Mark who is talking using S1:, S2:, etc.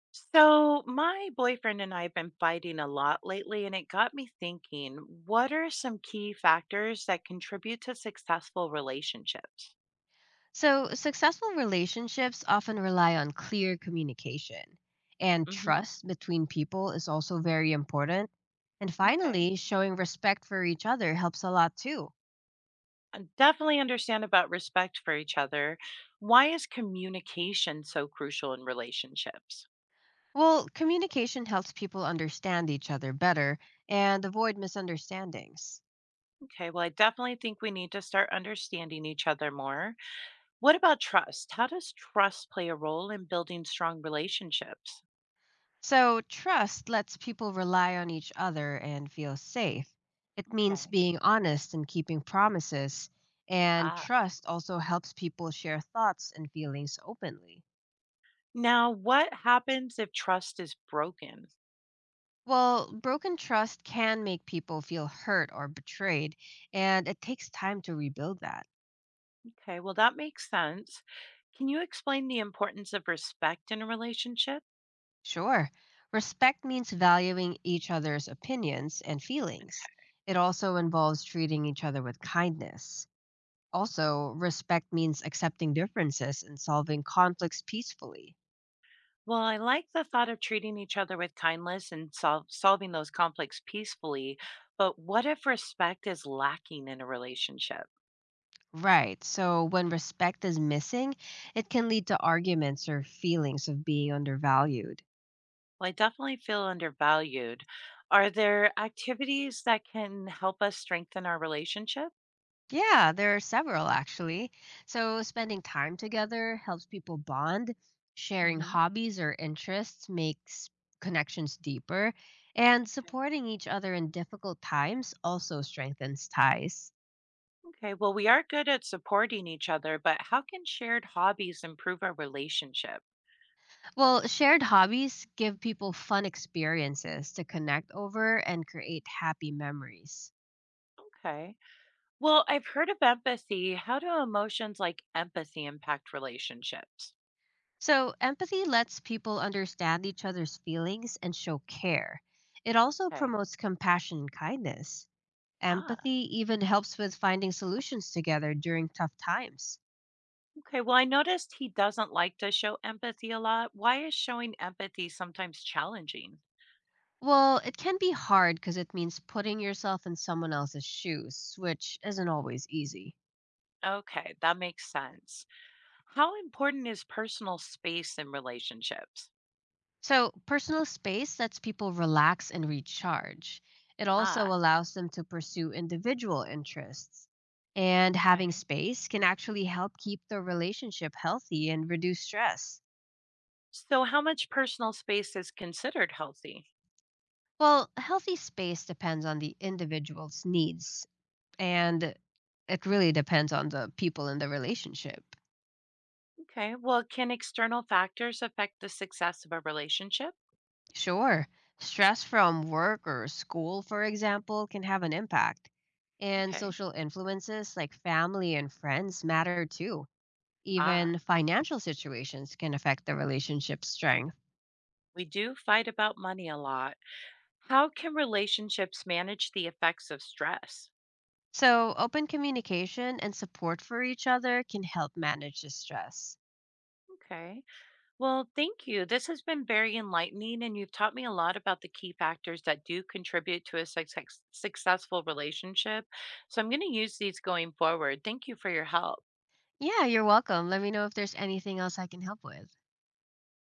S1: So, my boyfriend and I have been fighting a lot lately, and it got me thinking, what are some key factors that contribute to successful relationships?
S2: So, successful relationships often rely on clear communication, and
S1: Hmm.
S2: trust between people is also very important. And
S1: Okay.
S2: finally, showing respect for each other helps a lot too.
S1: I definitely understand about respect for each other. Why is communication so crucial in relationships?
S2: Well, communication helps people understand each other better and avoid misunderstandings.
S1: Okay, well, I definitely think we need to start understanding each other more. What about trust? How does trust play a role in building strong relationships?
S2: So, trust lets people rely on each other and feel safe. It means
S1: Okay.
S2: being honest and keeping promises. And trust also helps people share thoughts and feelings openly.
S1: Now, what happens if trust is broken?
S2: Well, broken trust can make people feel hurt or betrayed, and it takes time to rebuild that.
S1: Okay, well, that makes sense. Can you explain the importance of respect in a relationship?
S2: Sure, respect means valuing each other's opinions and feelings. It also involves treating each other with kindness. Also, respect means accepting differences and solving conflicts peacefully.
S1: Well, I like the thought of treating each other with kindness and solving those conflicts peacefully, but what if respect is lacking in a relationship?
S2: Right, so when respect is missing, it can lead to arguments or feelings of being undervalued.
S1: Well, I definitely feel undervalued. Are there activities that can help us strengthen our relationship?
S2: Yeah, there are several actually. So, spending time together helps people bond. Sharing
S1: Hmm.
S2: hobbies or interests makes connections deeper. And supporting each other in difficult times also strengthens ties.
S1: Okay, well, we are good at supporting each other, but how can shared hobbies improve our relationship?
S2: Well, shared hobbies give people fun experiences to connect over and create happy memories.
S1: Okay. Well, I've heard of empathy. How do emotions like empathy impact relationships?
S2: So, empathy lets people understand each other's feelings and show care. It also
S1: Okay.
S2: promotes compassion and kindness.
S1: Ah,
S2: Empathy even helps with finding solutions together during tough times.
S1: okay. Well, I noticed he doesn't like to show empathy a lot. Why is showing empathy sometimes challenging?
S2: Well, it can be hard because it means putting yourself in someone else's shoes, which isn't always easy.
S1: Okay, that makes sense. How important is personal space in relationships?
S2: So, personal space lets people relax and recharge. It also
S1: Ah,
S2: allows them to pursue individual interests. And having
S1: okay.
S2: space can actually help keep the relationship healthy and reduce stress.
S1: So, how much personal space is considered healthy?
S2: Well, healthy space depends on the individual's needs, and it really depends on the people in the relationship.
S1: Okay. Well, can external factors affect the success of a relationship?
S2: Sure, stress from work or school, for example, can have an impact. And
S1: Okay.
S2: social influences like family and friends matter too.
S1: Ah,
S2: Even financial situations can affect the relationship strength.
S1: we do fight about money a lot. How can relationships manage the effects of stress?
S2: So, open communication and support for each other can help manage the stress.
S1: Okay. Well, thank you. This has been very enlightening, and you've taught me a lot about the key factors that do contribute to a successful relationship. So I'm going to use these going forward. Thank you for your help.
S2: Yeah, you're welcome. Let me know if there's anything else I can help with.